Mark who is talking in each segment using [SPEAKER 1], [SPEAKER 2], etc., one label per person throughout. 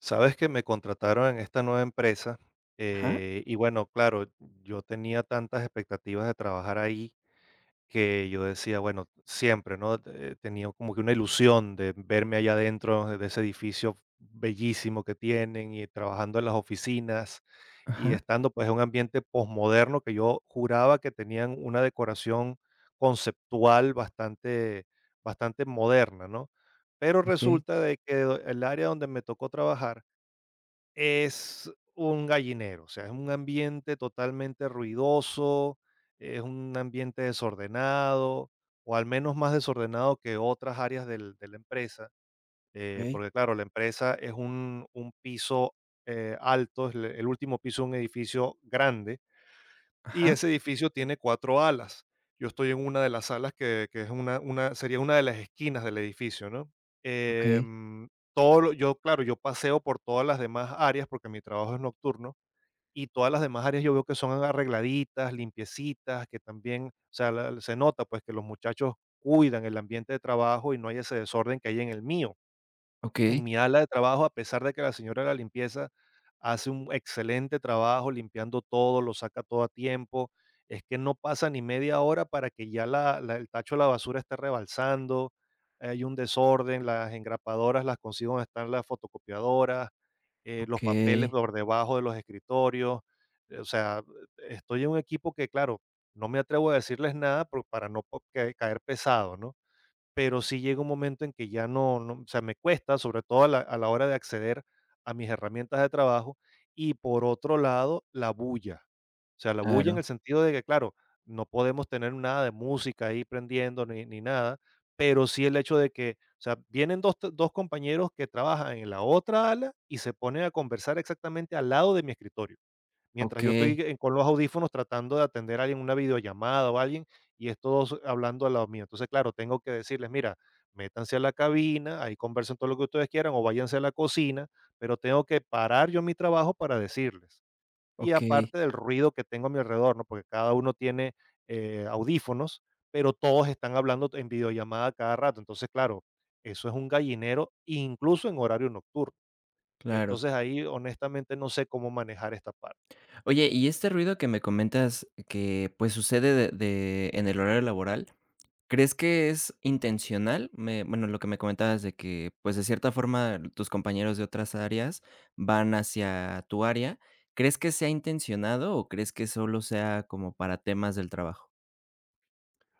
[SPEAKER 1] Sabes que me contrataron en esta nueva empresa
[SPEAKER 2] Ajá,
[SPEAKER 1] y bueno, claro, yo tenía tantas expectativas de trabajar ahí que yo decía, bueno, siempre, ¿no? Tenía como que una ilusión de verme allá adentro de ese edificio bellísimo que tienen y trabajando en las oficinas y
[SPEAKER 2] ajá,
[SPEAKER 1] estando pues en un ambiente posmoderno que yo juraba que tenían una decoración conceptual bastante, bastante moderna, ¿no? Pero
[SPEAKER 2] okey,
[SPEAKER 1] resulta de que el área donde me tocó trabajar es un gallinero, o sea, es un ambiente totalmente ruidoso, es un ambiente desordenado, o al menos más desordenado que otras áreas de la empresa,
[SPEAKER 2] okey,
[SPEAKER 1] porque claro, la empresa es un piso alto, es el último piso de un edificio grande, y
[SPEAKER 2] ajá,
[SPEAKER 1] ese edificio tiene cuatro alas. Yo estoy en una de las alas que es sería una de las esquinas del edificio, ¿no?
[SPEAKER 2] okey,
[SPEAKER 1] Em, yo, claro, yo paseo por todas las demás áreas porque mi trabajo es nocturno y todas las demás áreas yo veo que son arregladitas, limpiecitas, que también, o sea, se nota pues que los muchachos cuidan el ambiente de trabajo y no hay ese desorden que hay en el mío. En
[SPEAKER 2] okey,
[SPEAKER 1] mi ala de trabajo, a pesar de que la señora de la limpieza hace un excelente trabajo limpiando todo, lo saca todo a tiempo, es que no pasa ni media hora para que ya el tacho de la basura esté rebalsando, hay un desorden, las engrapadoras las consigo donde están las fotocopiadoras, los papeles
[SPEAKER 2] okey,
[SPEAKER 1] por debajo de los escritorios, o sea, estoy en un equipo que, claro, no me atrevo a decirles nada para no po- ca- caer pesado, ¿no? Pero sí llega un momento en que ya no, o sea, me cuesta, sobre todo a la hora de acceder a mis herramientas de trabajo. Y por otro lado, la bulla. O sea, la bulla en
[SPEAKER 2] claro,
[SPEAKER 1] el sentido de que, claro, no podemos tener nada de música ahí prendiendo ni nada, pero sí el hecho de que, o sea, vienen 2 t 2 compañeros que trabajan en la otra ala y se ponen a conversar exactamente al lado de mi escritorio. Mientras yo estoy
[SPEAKER 2] okey,
[SPEAKER 1] en con los audífonos tratando de atender a alguien, una videollamada o alguien, y es todos hablando al lado mío. Entonces, claro, tengo que decirles: "Mira, métanse a la cabina, ahí conversen todo lo que ustedes quieran o váyanse a la cocina", pero tengo que parar yo mi trabajo para decirles. Y
[SPEAKER 2] okey,
[SPEAKER 1] aparte del ruido que tengo a mi alrededor, ¿no? Porque cada uno tiene, audífonos, pero todos están hablando en videollamada cada rato. Entonces, claro, eso es un gallinero, incluso en horario nocturno.
[SPEAKER 2] claro.
[SPEAKER 1] Entonces, ahí honestamente no sé cómo manejar esta parte.
[SPEAKER 2] Oye, y este ruido que me comentas que, pues, sucede de en el horario laboral, ¿crees que es intencional? Me Bueno, lo que me comentabas de que, pues, de cierta forma, tus compañeros de otras áreas van hacia tu área, ¿crees que sea intencionado o crees que solo sea como para temas del trabajo?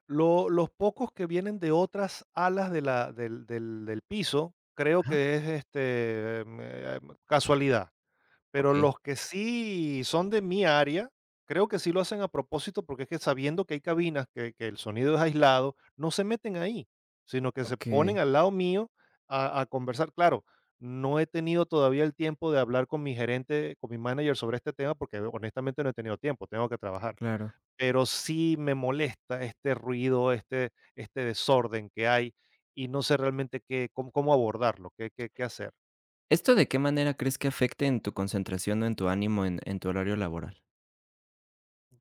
[SPEAKER 1] Lo Los pocos que vienen de otras alas de la del del del piso, creo
[SPEAKER 2] Ajá,
[SPEAKER 1] que es, este, casualidad, pero
[SPEAKER 2] okey,
[SPEAKER 1] los que sí son de mi área, creo que sí lo hacen a propósito, porque es que sabiendo que hay cabinas, que el sonido es aislado, no se meten ahí, sino que se ponen
[SPEAKER 2] okey,
[SPEAKER 1] al lado mío a conversar. Claro, no he tenido todavía el tiempo de hablar con mi gerente, con mi manager sobre este tema, porque honestamente no he tenido tiempo, tengo que trabajar.
[SPEAKER 2] claro.
[SPEAKER 1] Pero sí me molesta este ruido, este desorden que hay, y no sé realmente qué cómo abordarlo, qué hacer.
[SPEAKER 2] ¿Esto de qué manera crees que afecte en tu concentración o en tu ánimo en tu horario laboral?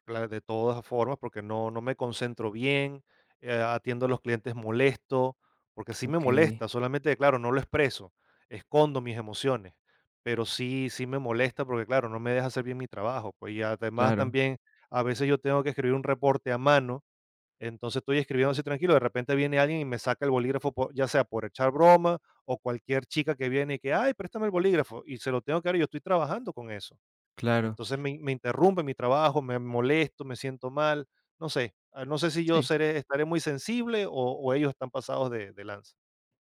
[SPEAKER 1] Claro, de todas formas, porque no me concentro bien, atiendo a los clientes molesto, porque sí me
[SPEAKER 2] Okey,
[SPEAKER 1] molesta, solamente claro, no lo expreso, escondo mis emociones, pero sí me molesta porque, claro, no me deja hacer bien mi trabajo, pues, y además
[SPEAKER 2] claro,
[SPEAKER 1] también a veces yo tengo que escribir un reporte a mano. Entonces estoy escribiendo así tranquilo, de repente viene alguien y me saca el bolígrafo, ya sea por echar broma o cualquier chica que viene y que, ay, préstame el bolígrafo y se lo tengo que dar y yo estoy trabajando con eso.
[SPEAKER 2] claro.
[SPEAKER 1] Entonces me interrumpe mi trabajo, me molesto, me siento mal, no sé, no sé si yo
[SPEAKER 2] Sí.
[SPEAKER 1] seré, estaré muy sensible o ellos están pasados de lanza.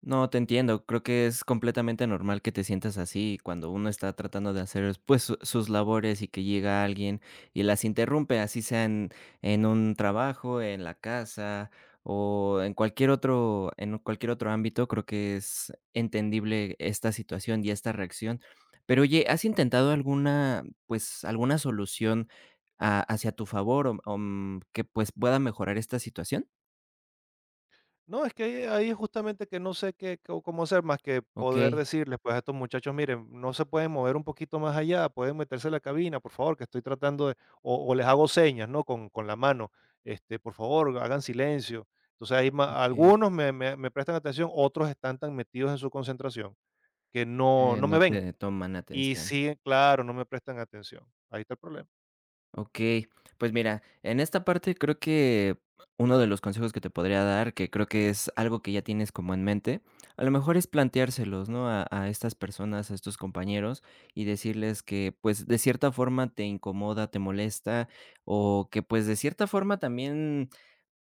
[SPEAKER 2] No, te entiendo. Creo que es completamente normal que te sientas así cuando uno está tratando de hacer, pues, su- sus labores y que llega alguien y las interrumpe, así sea en un trabajo, en la casa o en cualquier otro ámbito. Creo que es entendible esta situación y esta reacción. Pero oye, ¿has intentado alguna, pues, alguna solución hacia tu favor o, que pues pueda mejorar esta situación?
[SPEAKER 1] No, es que ahí es justamente que no sé qué, cómo hacer más que
[SPEAKER 2] Ok,
[SPEAKER 1] poder decirles, pues a estos muchachos, miren, no se pueden mover un poquito más allá, pueden meterse a la cabina, por favor, que estoy tratando de, o les hago señas, ¿no? Con la mano, este, por favor, hagan silencio. Entonces ahí
[SPEAKER 2] ok.
[SPEAKER 1] algunos me prestan atención, otros están tan metidos en su concentración que no
[SPEAKER 2] No
[SPEAKER 1] me ven
[SPEAKER 2] te toman
[SPEAKER 1] y
[SPEAKER 2] atención.
[SPEAKER 1] siguen, claro, no me prestan atención. Ahí está el problema.
[SPEAKER 2] Ok. Pues mira, en esta parte creo que uno de los consejos que te podría dar, que creo que es algo que ya tienes como en mente, a lo mejor es planteárselos, ¿no? A estas personas, a estos compañeros, y decirles que, pues, de cierta forma te incomoda, te molesta, o que, pues, de cierta forma también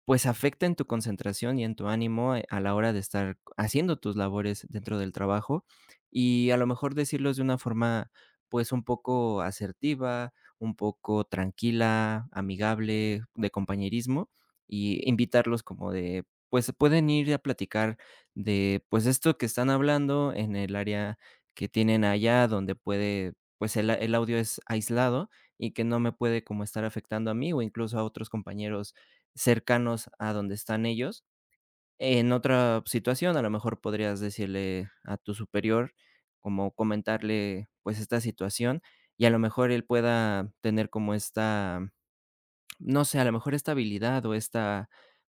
[SPEAKER 2] pues afecta en tu concentración y en tu ánimo, a la hora de estar haciendo tus labores dentro del trabajo, y a lo mejor decirlos de una forma, pues, un poco asertiva, un poco tranquila, amigable, de compañerismo, y invitarlos como de, pues, pueden ir a platicar de, pues, esto que están hablando en el área que tienen allá, donde puede, pues, el audio es aislado y que no me puede como estar afectando a mí o incluso a otros compañeros cercanos a donde están ellos. En otra situación, a lo mejor podrías decirle a tu superior, como comentarle, pues, esta situación, y a lo mejor él pueda tener como esta no sé, a lo mejor esta habilidad o esta,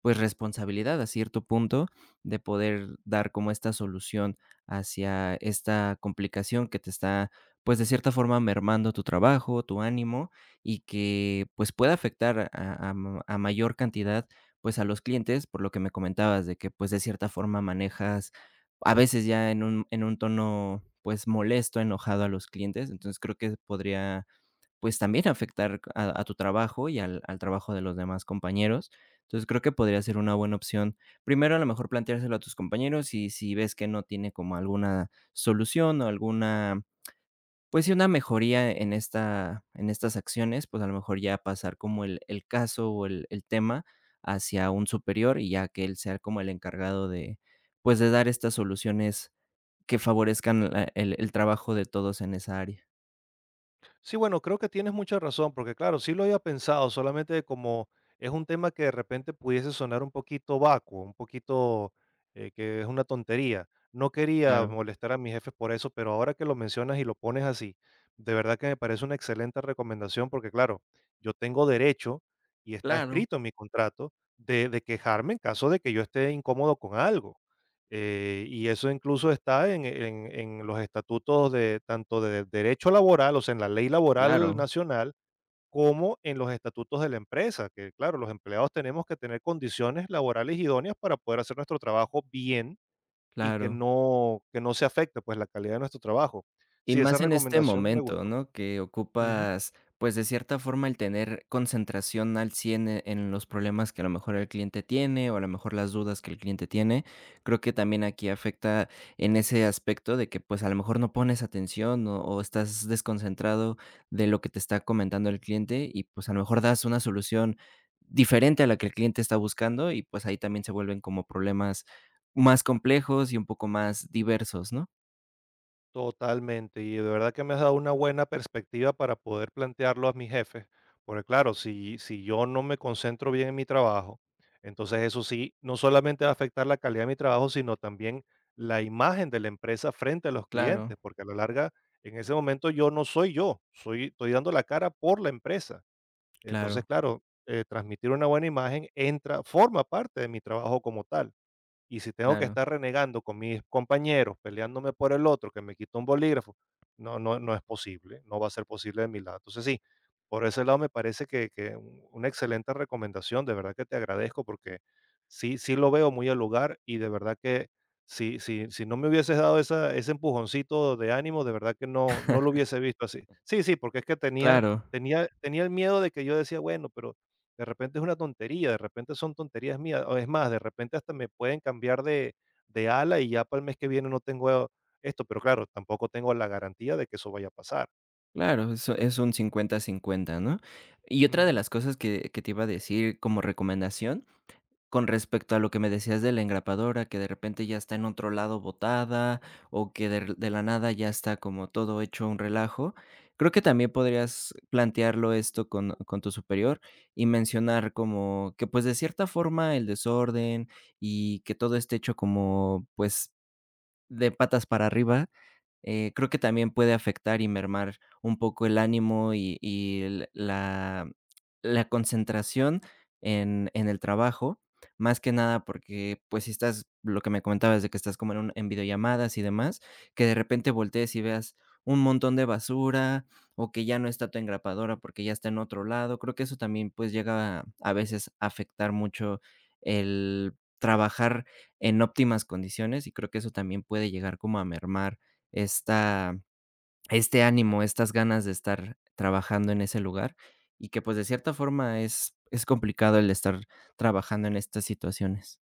[SPEAKER 2] pues, responsabilidad a cierto punto de poder dar como esta solución hacia esta complicación que te está, pues, de cierta forma mermando tu trabajo, tu ánimo y que, pues, puede afectar a mayor cantidad, pues, a los clientes, por lo que me comentabas de que, pues, de cierta forma manejas a veces ya en un tono, pues, molesto, enojado a los clientes. Entonces, creo que podría pues, también afectar a tu trabajo y al trabajo de los demás compañeros. Entonces, creo que podría ser una buena opción. Primero, a lo mejor planteárselo a tus compañeros, y si ves que no tiene como alguna solución o alguna, pues sí, una mejoría en esta en estas acciones, pues, a lo mejor ya pasar como el caso o el tema hacia un superior, y ya que él sea como el encargado de, pues, de dar estas soluciones que favorezcan la el trabajo de todos en esa área.
[SPEAKER 1] Sí, bueno, creo que tienes mucha razón, porque claro, sí lo había pensado, solamente como es un tema que de repente pudiese sonar un poquito vacuo, un poquito que es una tontería. No quería
[SPEAKER 2] Claro,
[SPEAKER 1] molestar a mis jefes por eso, pero ahora que lo mencionas y lo pones así, de verdad que me parece una excelente recomendación, porque claro, yo tengo derecho y está
[SPEAKER 2] claro,
[SPEAKER 1] escrito en mi contrato de quejarme en caso de que yo esté incómodo con algo. Y eso incluso está en los estatutos de tanto de derecho laboral, o sea, en la ley laboral
[SPEAKER 2] claro,
[SPEAKER 1] nacional, como en los estatutos de la empresa, que claro, los empleados tenemos que tener condiciones laborales idóneas para poder hacer nuestro trabajo bien y
[SPEAKER 2] claro.
[SPEAKER 1] que no se afecte, pues, la calidad de nuestro trabajo.
[SPEAKER 2] Y
[SPEAKER 1] Sí, esa
[SPEAKER 2] más en este
[SPEAKER 1] recomendación me
[SPEAKER 2] momento,
[SPEAKER 1] gustó.
[SPEAKER 2] ¿no? Que
[SPEAKER 1] Ujú.
[SPEAKER 2] ocupas, pues, de cierta forma el tener concentración al 100 en los problemas que a lo mejor el cliente tiene o a lo mejor las dudas que el cliente tiene. Creo que también aquí afecta en ese aspecto de que, pues, a lo mejor no pones atención o estás desconcentrado de lo que te está comentando el cliente y, pues, a lo mejor das una solución diferente a la que el cliente está buscando y, pues, ahí también se vuelven como problemas más complejos y un poco más diversos, ¿no?
[SPEAKER 1] Totalmente, y de verdad que me has dado una buena perspectiva para poder plantearlo a mis jefes, porque claro, si yo no me concentro bien en mi trabajo, entonces eso sí, no solamente va a afectar la calidad de mi trabajo, sino también la imagen de la empresa frente a los
[SPEAKER 2] Claro,
[SPEAKER 1] clientes, porque a la larga, en ese momento yo no soy yo, estoy dando la cara por la empresa. Entonces,
[SPEAKER 2] claro.
[SPEAKER 1] claro, transmitir una buena imagen forma parte de mi trabajo como tal. Y si tengo que
[SPEAKER 2] Claro,
[SPEAKER 1] estar renegando con mis compañeros, peleándome por el otro que me quitó un bolígrafo, no es posible, no va a ser posible de mi lado. Entonces sí, por ese lado me parece que una excelente recomendación, de verdad que te agradezco porque sí, sí lo veo muy al lugar y de verdad que si no me hubieses dado ese empujoncito de ánimo, de verdad que no lo hubiese visto así. Sí, sí, porque es que tenía,
[SPEAKER 2] claro,
[SPEAKER 1] tenía el miedo de que yo decía, bueno, pero de repente es una tontería, de repente son tonterías mías, o es más, de repente hasta me pueden cambiar de ala y ya para el mes que viene no tengo esto, pero claro, tampoco tengo la garantía de que eso vaya a pasar.
[SPEAKER 2] claro, eso es un 50-50, ¿no? Y otra de
[SPEAKER 1] Ujú.
[SPEAKER 2] las cosas que te iba a decir como recomendación, con respecto a lo que me decías de la engrapadora, que de repente ya está en otro lado botada, o que de la nada ya está como todo hecho un relajo, creo que también podrías plantearlo esto con tu superior y mencionar como que, pues, de cierta forma el desorden y que todo esté hecho como, pues, de patas para arriba. Creo que también puede afectar y mermar un poco el ánimo y el la concentración en el trabajo, más que nada porque, pues, si estás lo que me comentabas de que estás como en un en videollamadas y demás, que de repente voltees y veas un montón de basura, o que ya no está tu engrapadora porque ya está en otro lado. Creo que eso también, pues, llega a veces a afectar mucho el trabajar en óptimas condiciones, y creo que eso también puede llegar como a mermar esta este ánimo, estas ganas de estar trabajando en ese lugar, y que, pues, de cierta forma es complicado el estar trabajando en estas situaciones.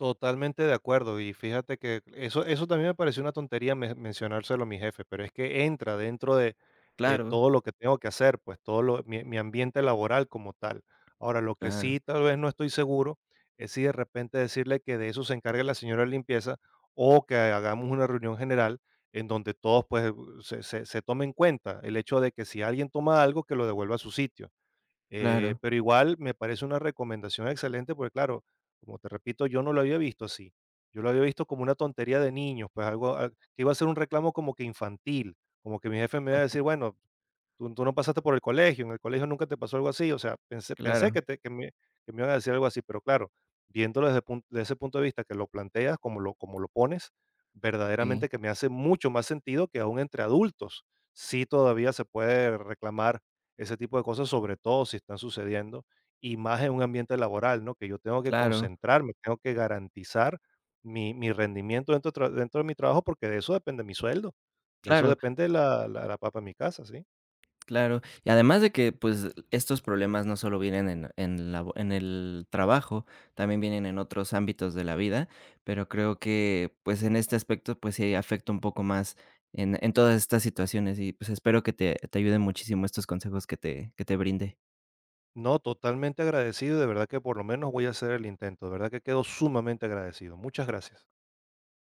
[SPEAKER 1] Totalmente de acuerdo. Y fíjate que eso también me pareció una tontería mencionárselo a mi jefe, pero es que entra dentro de
[SPEAKER 2] Claro,
[SPEAKER 1] todo lo que tengo que hacer, pues mi ambiente laboral como tal. Ahora, lo que
[SPEAKER 2] claro,
[SPEAKER 1] sí tal vez no estoy seguro es si de repente decirle que de eso se encargue la señora de limpieza o que hagamos una reunión general en donde todos pues se tome en cuenta el hecho de que si alguien toma algo, que lo devuelva a su sitio,
[SPEAKER 2] claro,
[SPEAKER 1] pero igual me parece una recomendación excelente porque, claro, como te repito, yo no lo había visto así. Yo lo había visto como una tontería de niños, pues algo que iba a ser un reclamo como que infantil, como que mi jefe me iba a decir, bueno, tú no pasaste por el colegio, en el colegio nunca te pasó algo así, o sea, pensé
[SPEAKER 2] claro.
[SPEAKER 1] que me iban a decir algo así, pero claro, viéndolo desde, desde ese punto de vista que lo planteas, como lo pones, verdaderamente
[SPEAKER 2] Sí,
[SPEAKER 1] que me hace mucho más sentido que aún entre adultos, sí todavía se puede reclamar ese tipo de cosas, sobre todo si están sucediendo, y más en un ambiente laboral, ¿no? Que yo tengo que
[SPEAKER 2] claro,
[SPEAKER 1] concentrarme, tengo que garantizar mi rendimiento dentro, dentro de mi trabajo, porque de eso depende mi sueldo, de eso
[SPEAKER 2] claro.
[SPEAKER 1] depende la papa en mi casa, ¿sí?
[SPEAKER 2] Claro, y además de que, pues, estos problemas no solo vienen en el trabajo, también vienen en otros ámbitos de la vida, pero creo que, pues, en este aspecto, pues, sí afecta un poco más en todas estas situaciones y, pues, espero que te ayuden muchísimo estos consejos que te brindé.
[SPEAKER 1] No, totalmente agradecido, de verdad que por lo menos voy a hacer el intento, de verdad que quedo sumamente agradecido. Muchas gracias.